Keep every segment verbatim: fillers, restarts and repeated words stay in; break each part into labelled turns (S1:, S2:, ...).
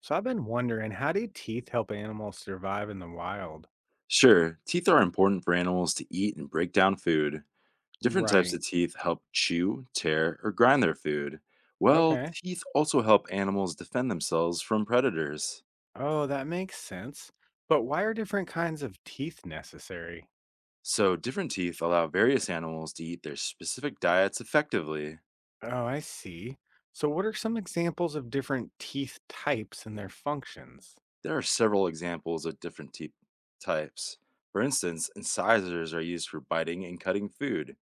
S1: So I've been wondering, how do teeth help animals survive in the wild?
S2: Sure, teeth are important for animals to eat and break down food. Different types
S1: Right.
S2: of teeth help chew, tear, or grind their food. Well,
S1: Okay.
S2: teeth also help animals defend themselves from predators.
S1: Oh, that makes sense. But why are different kinds of teeth necessary?
S2: So, different teeth allow various animals to eat their specific diets effectively.
S1: Oh, I see. So what are some examples of different teeth types and their functions?
S2: There are several examples of different teeth types. For instance, incisors are used for biting and cutting food.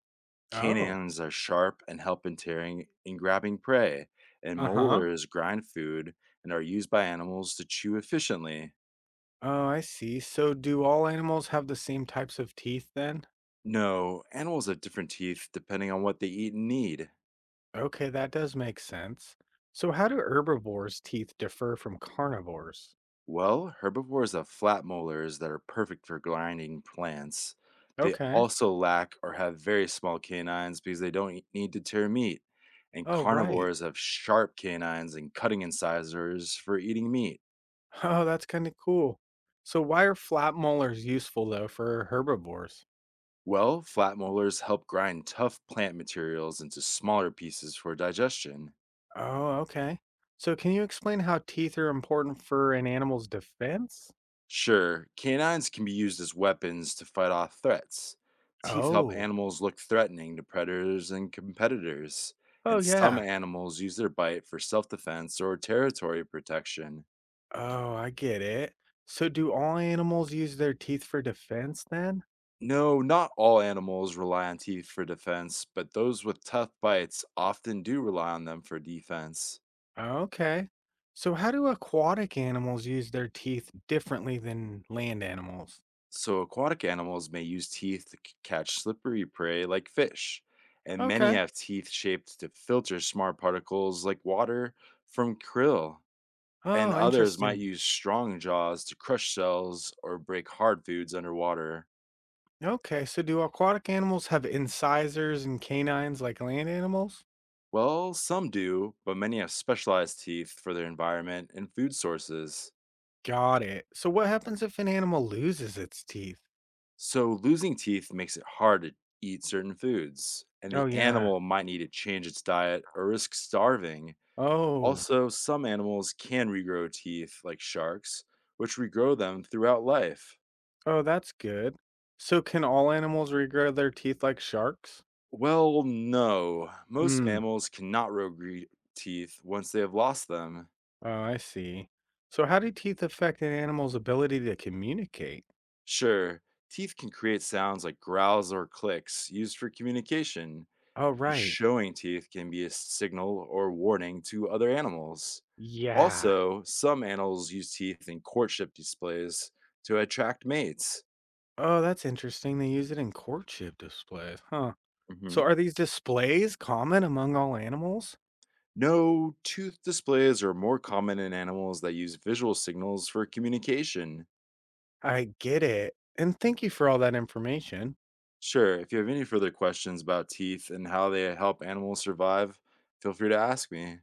S1: Oh.
S2: Canines are sharp and help in tearing and grabbing prey, and
S1: Uh-huh.
S2: molars grind food and are used by animals to chew efficiently.
S1: Oh, I see. So do all animals have the same types of teeth then?
S2: No, animals have different teeth depending on what they eat and need.
S1: Okay, that does make sense. So how do herbivores' teeth differ from carnivores?
S2: Well, herbivores have flat molars that are perfect for grinding plants. They
S1: Okay.
S2: also lack or have very small canines because they don't e- need to tear meat. And
S1: Oh, right.
S2: carnivores have sharp canines and cutting incisors for eating meat.
S1: Oh, that's kinda cool. So why are flat molars useful though for herbivores?
S2: Well, flat molars help grind tough plant materials into smaller pieces for digestion.
S1: Oh, okay. So can you explain how teeth are important for an animal's defense?
S2: Sure, canines can be used as weapons to fight off threats. Teeth help
S1: Oh.
S2: animals look threatening to predators and competitors,
S1: Oh
S2: and some
S1: yeah.
S2: animals use their bite for self defense or territory protection.
S1: Oh, I get it. So do all animals use their teeth for defense then?
S2: No, not all animals rely on teeth for defense, but those with tough bites often do rely on them for defense.
S1: Okay. So how do aquatic animals use their teeth differently than land animals?
S2: So, aquatic animals may use teeth to c- catch slippery prey like fish, and many
S1: Okay.
S2: have teeth shaped to filter smart particles like water from krill. And
S1: Oh,
S2: others might
S1: interesting.
S2: use strong jaws to crush shells or break hard foods underwater.
S1: Okay, so do aquatic animals have incisors and canines like land animals?
S2: Well, some do, but many have specialized teeth for their environment and food sources.
S1: Got it. So what happens if an animal loses its teeth?
S2: So, losing teeth makes it hard to eat certain foods, and
S1: Oh,
S2: the
S1: yeah.
S2: animal might need to change its diet or risk starving.
S1: Oh,
S2: Also, some animals can regrow teeth, like sharks, which regrow them throughout life.
S1: oh, that's good. So can all animals regrow their teeth like sharks?
S2: Well, no. Most
S1: Hmm.
S2: mammals cannot regrow teeth once they have lost them.
S1: Oh, I see. So how do teeth affect an animal's ability to communicate?
S2: Sure, teeth can create sounds like growls or clicks used for communication,
S1: Oh,
S2: and
S1: right.
S2: showing teeth can be a signal or warning to other animals.
S1: Yeah.
S2: Also, some animals use teeth in courtship displays to attract mates.
S1: Oh, that's interesting. They use it in courtship displays, huh? So
S2: Mhm.
S1: are these displays common among all animals?
S2: No, tooth displays are more common in animals that use visual signals for communication.
S1: I get it. And thank you for all that information.
S2: Sure, if you have any further questions about teeth and how they help animals survive, feel free to ask me.